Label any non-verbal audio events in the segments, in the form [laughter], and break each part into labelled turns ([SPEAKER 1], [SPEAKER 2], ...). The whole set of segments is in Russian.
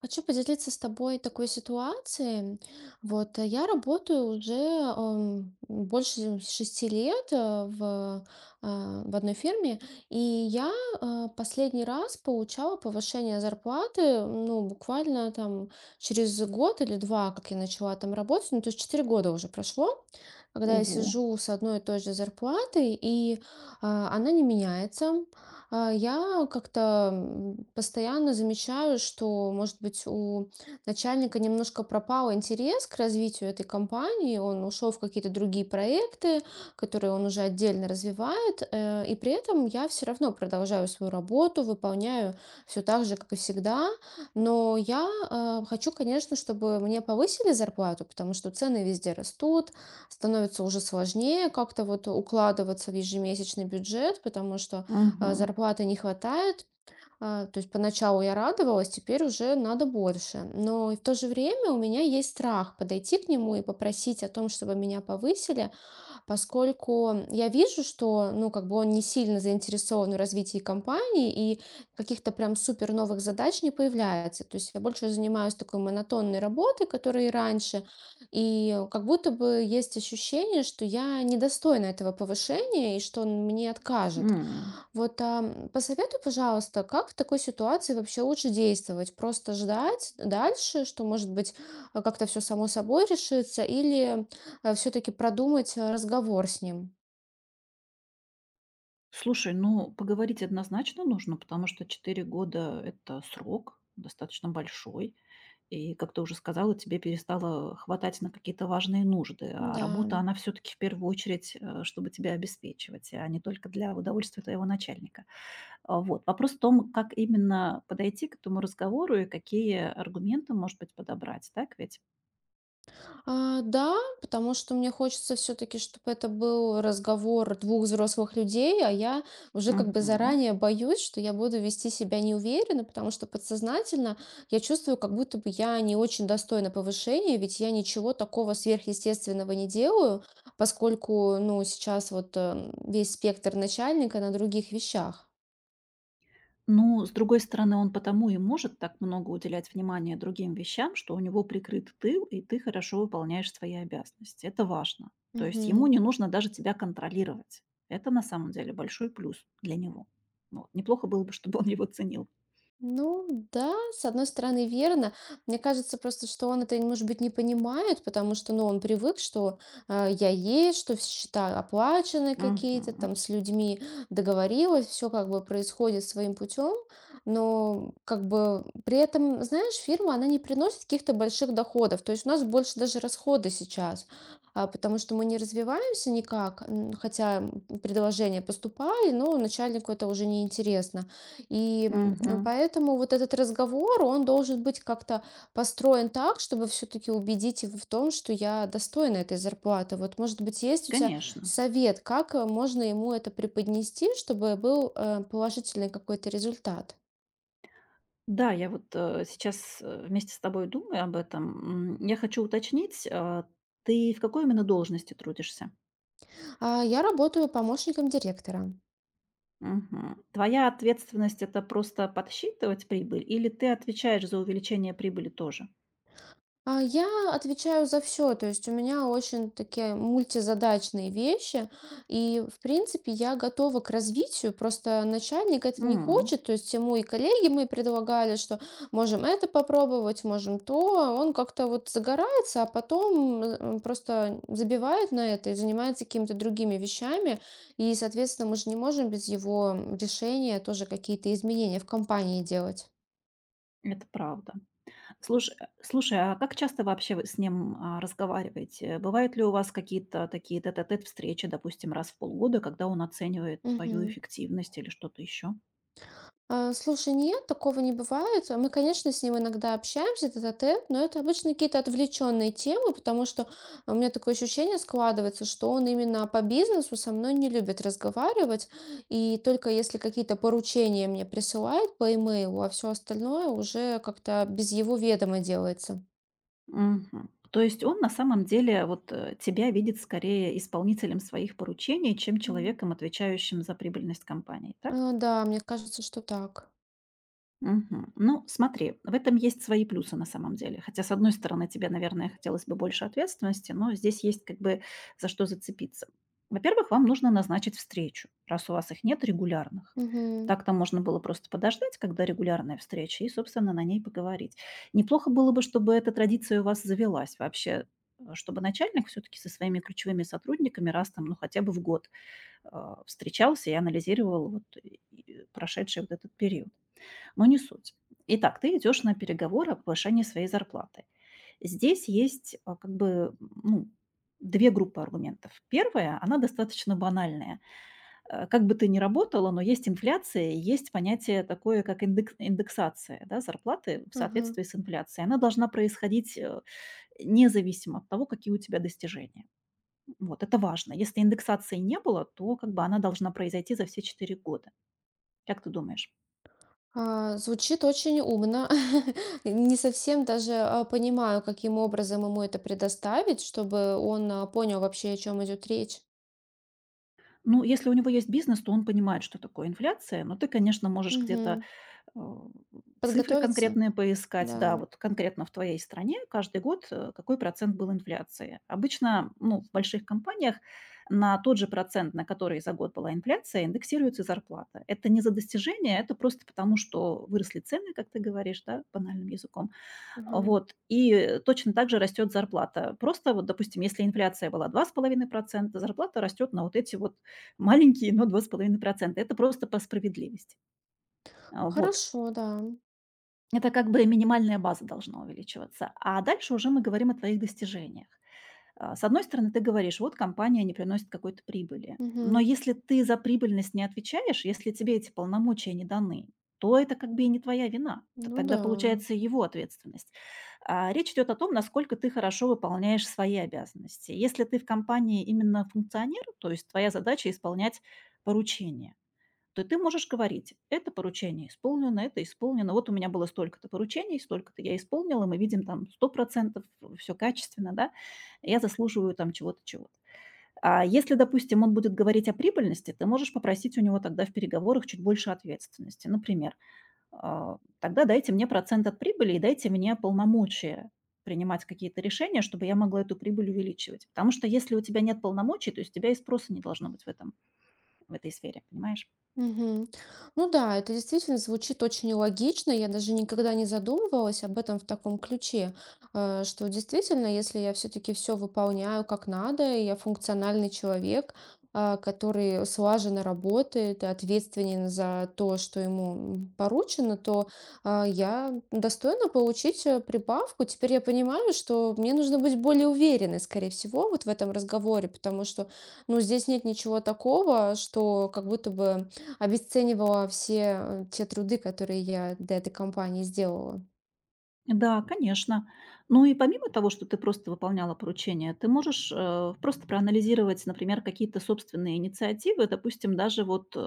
[SPEAKER 1] Хочу поделиться с тобой такой ситуацией. Я работаю уже больше шести лет в одной фирме, и я последний раз получала повышение зарплаты, ну, буквально там через год или два, как я начала там работать, ну, то есть 4 года уже прошло, когда я
[SPEAKER 2] Ого,
[SPEAKER 1] сижу с одной и той же зарплатой, и она не меняется. Я как-то постоянно замечаю, что, может быть, у начальника немножко пропал интерес к развитию этой компании, он ушел в какие-то другие проекты, которые он уже отдельно развивает, и при этом я все равно продолжаю свою работу, выполняю все так же, как и всегда, но я хочу, конечно, чтобы мне повысили зарплату, потому что цены везде растут, становится уже сложнее как-то вот укладываться в ежемесячный бюджет, потому что
[SPEAKER 2] мгм,
[SPEAKER 1] зарплаты не хватает. То есть поначалу я радовалась, теперь уже надо больше. Но и в то же время у меня есть страх подойти к нему и попросить о том, чтобы меня повысили, поскольку я вижу, что, ну, как бы он не сильно заинтересован в развитии компании и каких-то прям супер новых задач не появляется. То есть я больше занимаюсь такой монотонной работой, которая и раньше, и как будто бы есть ощущение, что я недостойна этого повышения и что он мне откажет.
[SPEAKER 2] м.
[SPEAKER 1] Посоветуй, пожалуйста, как в такой ситуации вообще лучше действовать? Просто ждать дальше, что, может быть, как-то все само собой решится, или все-таки продумать разговор с ним?
[SPEAKER 2] Слушай, ну, поговорить однозначно нужно, потому что 4 года — это срок достаточно большой. И, как ты уже сказала, тебе перестало хватать на какие-то важные нужды, а
[SPEAKER 1] Да.
[SPEAKER 2] работа, она все таки в первую очередь, чтобы тебя обеспечивать, а не только для удовольствия твоего начальника. А, вот. Вопрос в том, как именно подойти к этому разговору и какие аргументы, может быть, подобрать. Так ведь?
[SPEAKER 1] Да, потому что мне хочется все-таки, чтобы это был разговор двух взрослых людей, а я уже как бы
[SPEAKER 2] Мгм.
[SPEAKER 1] заранее боюсь, что я буду вести себя неуверенно, потому что подсознательно я чувствую, как будто бы я не очень достойна повышения, ведь я ничего такого сверхъестественного не делаю, поскольку, ну, сейчас вот весь спектр начальника на других вещах.
[SPEAKER 2] Ну, с другой стороны, он потому и может так много уделять внимания другим вещам, что у него прикрыт тыл, и ты хорошо выполняешь свои обязанности. Это важно. То есть ему
[SPEAKER 1] Мгм.
[SPEAKER 2] не нужно даже тебя контролировать. Это на самом деле большой плюс для него. Вот. Неплохо было бы, чтобы он его ценил.
[SPEAKER 1] Ну да, с одной стороны, верно. Мне кажется просто, что он это, может быть, не понимает, потому что, ну, он привык, что я есть, что все счета оплачены какие-то,
[SPEAKER 2] Мгм.
[SPEAKER 1] там с людьми договорилась, все как бы происходит своим путем, но как бы при этом, знаешь, фирма, она не приносит каких-то больших доходов, то есть у нас больше даже расходы сейчас, потому что мы не развиваемся никак, хотя предложения поступали, но начальнику это уже не интересно.
[SPEAKER 2] Мгм.
[SPEAKER 1] Поэтому вот этот разговор, он должен быть как-то построен так, чтобы все-таки убедить его в том, что я достойна этой зарплаты. Вот, может быть, есть у тебя
[SPEAKER 2] Конечно.
[SPEAKER 1] совет, как можно ему это преподнести, чтобы был положительный какой-то результат?
[SPEAKER 2] Да, я вот сейчас вместе с тобой думаю об этом. Я хочу уточнить, ты в какой именно должности трудишься?
[SPEAKER 1] Я работаю помощником директора.
[SPEAKER 2] Мгм. Твоя ответственность — это просто подсчитывать прибыль или ты отвечаешь за увеличение прибыли тоже?
[SPEAKER 1] Я отвечаю за все, то есть у меня очень такие мультизадачные вещи. И, в принципе, я готова к развитию. Просто начальник это не
[SPEAKER 2] М,
[SPEAKER 1] хочет. То есть ему и коллеги мы предлагали, что можем это попробовать, можем то. Он как-то вот загорается, а потом просто забивает на это и занимается какими-то другими вещами. И, соответственно, мы же не можем без его решения тоже какие-то изменения в компании делать.
[SPEAKER 2] это правда. Слушай, а как часто вообще вы с ним, разговариваете? Бывают ли у вас какие-то такие тет-а-тет встречи, допустим, раз в полгода, когда он оценивает твою
[SPEAKER 1] Мгм.
[SPEAKER 2] эффективность или что-то еще?
[SPEAKER 1] Слушай, нет, такого не бывает. Мы, конечно, с ним иногда общаемся, этот а тет, но это обычно какие-то отвлеченные темы, потому что у меня такое ощущение складывается, что он именно по бизнесу со мной не любит разговаривать, и только если какие-то поручения мне присылает по имейлу, а все остальное уже как-то без его ведома делается.
[SPEAKER 2] Мгм. То есть он на самом деле вот, тебя видит скорее исполнителем своих поручений, чем
[SPEAKER 1] М.
[SPEAKER 2] человеком, отвечающим за прибыльность компании, так?
[SPEAKER 1] Да, мне кажется, что так.
[SPEAKER 2] Мгм. Ну, смотри, в этом есть свои плюсы на самом деле. Хотя, с одной стороны, тебе, наверное, хотелось бы больше ответственности, но здесь есть как бы за что зацепиться. Во-первых, вам нужно назначить встречу, раз у вас их нет регулярных.
[SPEAKER 1] Мгм.
[SPEAKER 2] Так-то можно было просто подождать, когда регулярная встреча, и, собственно, на ней поговорить. Неплохо было бы, чтобы эта традиция у вас завелась вообще, чтобы начальник все-таки со своими ключевыми сотрудниками раз там, ну, хотя бы в год встречался и анализировал прошедший вот этот период. Но не суть. Итак, ты идешь на переговоры о повышении своей зарплаты. Здесь есть как бы ну, две группы аргументов. Первая, она достаточно банальная. Э, Как бы ты ни работала, но есть инфляция, и есть понятие такое, как индексация, да, зарплаты в
[SPEAKER 1] Ага.
[SPEAKER 2] соответствии с инфляцией. Она должна происходить независимо от того, какие у тебя достижения. Вот, это важно. Если индексации не было, то как бы она должна произойти за все 4 года. Как ты думаешь?
[SPEAKER 1] Звучит очень умно. [laughs] Не совсем даже понимаю, каким образом ему это предоставить, чтобы он понял вообще, о чем идет речь.
[SPEAKER 2] Ну, если у него есть бизнес, то он понимает, что такое инфляция. Но ты, конечно, можешь где-то
[SPEAKER 1] Мгм.
[SPEAKER 2] э, цифры
[SPEAKER 1] Подготовиться,
[SPEAKER 2] конкретные поискать.
[SPEAKER 1] да.
[SPEAKER 2] Да, вот конкретно в твоей стране каждый год какой процент был инфляции. Обычно, ну, в больших компаниях на тот же процент, на который за год была инфляция, индексируется и зарплата. Это не за достижение, это просто потому, что выросли цены, как ты говоришь, да, банальным языком.
[SPEAKER 1] Ага.
[SPEAKER 2] Вот. И точно так же растет зарплата. Просто вот, допустим, если инфляция была 2,5%, зарплата растет на вот эти вот маленькие, но 2,5%. Это просто по справедливости. А, Вот.
[SPEAKER 1] Хорошо, да.
[SPEAKER 2] Это как бы минимальная база должна увеличиваться. А дальше уже мы говорим о твоих достижениях. С одной стороны, ты говоришь, вот компания не приносит какой-то прибыли. Но
[SPEAKER 1] Мгм.
[SPEAKER 2] если ты за прибыльность не отвечаешь, если тебе эти полномочия не даны, то это как бы и не твоя вина. Т-
[SPEAKER 1] Ну
[SPEAKER 2] Тогда
[SPEAKER 1] да.
[SPEAKER 2] получается его ответственность. А, Речь идет о том, насколько ты хорошо выполняешь свои обязанности. Если ты в компании именно функционер, то есть твоя задача исполнять поручения, то ты можешь говорить: "Это поручение исполнено, это исполнено. Вот у меня было столько-то поручений, столько-то я исполнила, мы видим там 100% все качественно, да, я заслуживаю там чего-то, чего-то". А если, допустим, он будет говорить о прибыльности, ты можешь попросить у него тогда в переговорах чуть больше ответственности. Например, тогда дайте мне процент от прибыли и дайте мне полномочия принимать какие-то решения, чтобы я могла эту прибыль увеличивать. Потому что если у тебя нет полномочий, то есть у тебя и спроса не должно быть в этой сфере, понимаешь?
[SPEAKER 1] Мгм. Ну да, это действительно звучит очень логично. Я даже никогда не задумывалась об этом в таком ключе, что действительно, если я все-таки все выполняю как надо, и я функциональный человек, который слаженно работает и ответственен за то, что ему поручено, то я достойна получить прибавку. Теперь я понимаю, что мне нужно быть более уверенной, скорее всего, вот в этом разговоре, потому что ну, здесь нет ничего такого, что как будто бы обесценивала все, те труды, которые я для этой компании сделала.
[SPEAKER 2] Да, конечно. Ну и помимо того, что ты просто выполняла поручение, ты можешь просто проанализировать, например, какие-то собственные инициативы, допустим, даже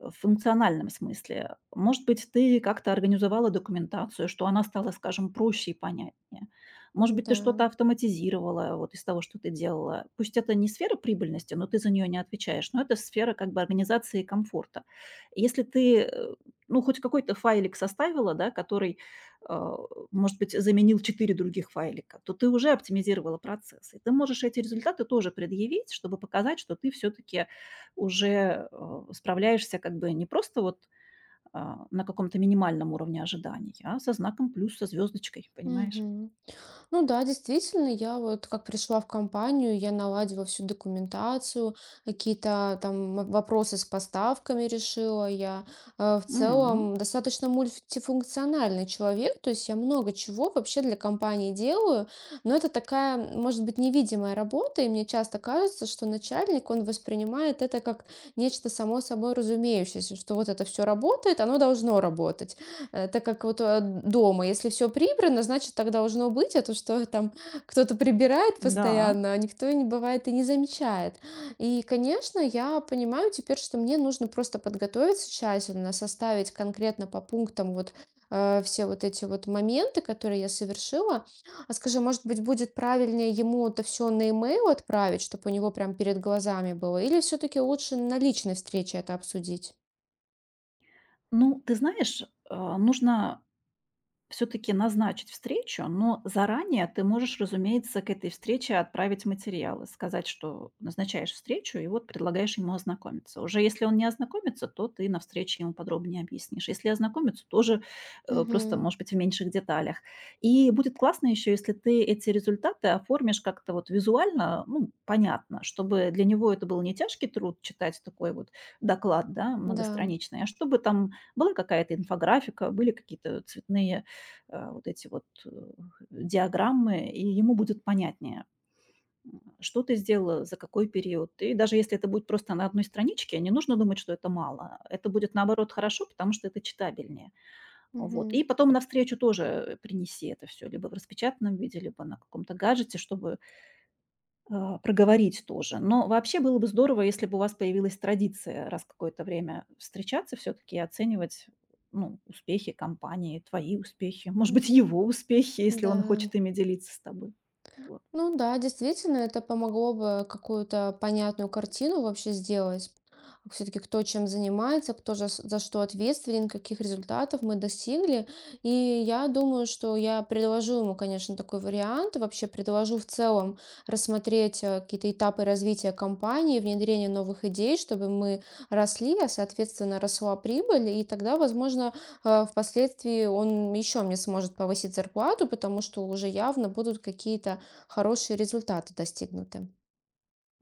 [SPEAKER 2] в функциональном смысле. Может быть, ты как-то организовала документацию, что она стала, скажем, проще и понятнее. Может быть, ты
[SPEAKER 1] Да.
[SPEAKER 2] что-то автоматизировала вот из того, что ты делала. Пусть это не сфера прибыльности, но ты за нее не отвечаешь, но это сфера как бы организации и комфорта. Если ты ну, хоть какой-то файлик составила, да, который э, может быть, заменил 4 других файлика, то ты уже оптимизировала процесс. И ты можешь эти результаты тоже предъявить, чтобы показать, что ты все-таки уже справляешься как бы не просто вот на каком-то минимальном уровне ожиданий, а со знаком плюс, со звездочкой, понимаешь?
[SPEAKER 1] Мгм. Ну да, действительно, я вот как пришла в компанию, я наладила всю документацию, какие-то там вопросы с поставками решила я. В
[SPEAKER 2] М,
[SPEAKER 1] целом достаточно мультифункциональный человек, то есть я много чего вообще для компании делаю, но это такая, может быть, невидимая работа, и мне часто кажется, что начальник, он воспринимает это как нечто само собой разумеющееся, что вот это все работает, оно должно работать. Так как вот дома, если все прибрано, значит, так должно быть, а то, что там кто-то прибирает
[SPEAKER 2] Да.
[SPEAKER 1] постоянно, а никто не бывает и не замечает. И, конечно, я понимаю теперь, что мне нужно просто подготовиться тщательно, составить конкретно по пунктам вот все вот эти вот моменты, которые я совершила. А скажи, может быть, будет правильнее ему это все на e отправить, чтобы у него прям перед глазами было? Или все-таки лучше на личной встрече это обсудить?
[SPEAKER 2] Ну, ты знаешь, нужно все таки назначить встречу, но заранее ты можешь, разумеется, к этой встрече отправить материалы, сказать, что назначаешь встречу, и вот предлагаешь ему ознакомиться. Уже если он не ознакомится, то ты на встрече ему подробнее объяснишь. Если ознакомится, тоже, просто,
[SPEAKER 1] Угу,
[SPEAKER 2] может быть, в меньших деталях. И будет классно еще, если ты эти результаты оформишь как-то вот визуально, ну, понятно, чтобы для него это был не тяжкий труд читать такой вот доклад, да,
[SPEAKER 1] да.
[SPEAKER 2] многостраничный, а чтобы там была какая-то инфографика, были какие-то цветные э, вот эти вот э, диаграммы, и ему будет понятнее, что ты сделала, за какой период. И даже если это будет просто на одной страничке, не нужно думать, что это мало. Это будет, наоборот, хорошо, потому что это читабельнее. Вот.
[SPEAKER 1] Угу.
[SPEAKER 2] И потом навстречу тоже принеси это все, либо в распечатанном виде, либо на каком-то гаджете, чтобы проговорить тоже. Но вообще было бы здорово, если бы у вас появилась традиция раз какое-то время встречаться все-таки и оценивать, ну, успехи компании, твои успехи, может быть,
[SPEAKER 1] Мгм.
[SPEAKER 2] его успехи, если
[SPEAKER 1] Да,
[SPEAKER 2] он хочет ими делиться с тобой. Вот.
[SPEAKER 1] ну да, действительно, это помогло бы какую-то понятную картину вообще сделать. Все-таки кто чем занимается, кто за что ответственен, каких результатов мы достигли. И я думаю, что я предложу ему, конечно, такой вариант. Вообще предложу в целом рассмотреть какие-то этапы развития компании, внедрение новых идей, чтобы мы росли, а соответственно росла прибыль. И тогда, возможно, впоследствии он еще мне сможет повысить зарплату, потому что уже явно будут какие-то хорошие результаты достигнуты.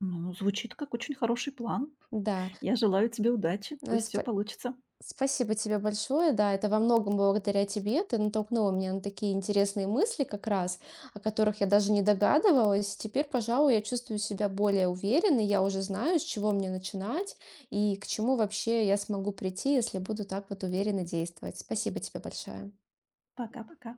[SPEAKER 2] Ну, звучит как очень хороший план.
[SPEAKER 1] Да,
[SPEAKER 2] Я желаю тебе удачи.
[SPEAKER 1] э,
[SPEAKER 2] Пусть все
[SPEAKER 1] спа-
[SPEAKER 2] получится.
[SPEAKER 1] спасибо тебе большое. Да, это во многом благодаря тебе. Ты натолкнула меня на такие интересные мысли как раз, о которых я даже не догадывалась. Теперь, пожалуй, я чувствую себя более уверенной. Я уже знаю, с чего мне начинать и к чему вообще я смогу прийти, если буду так вот уверенно действовать. Спасибо тебе большое.
[SPEAKER 2] Пока-пока.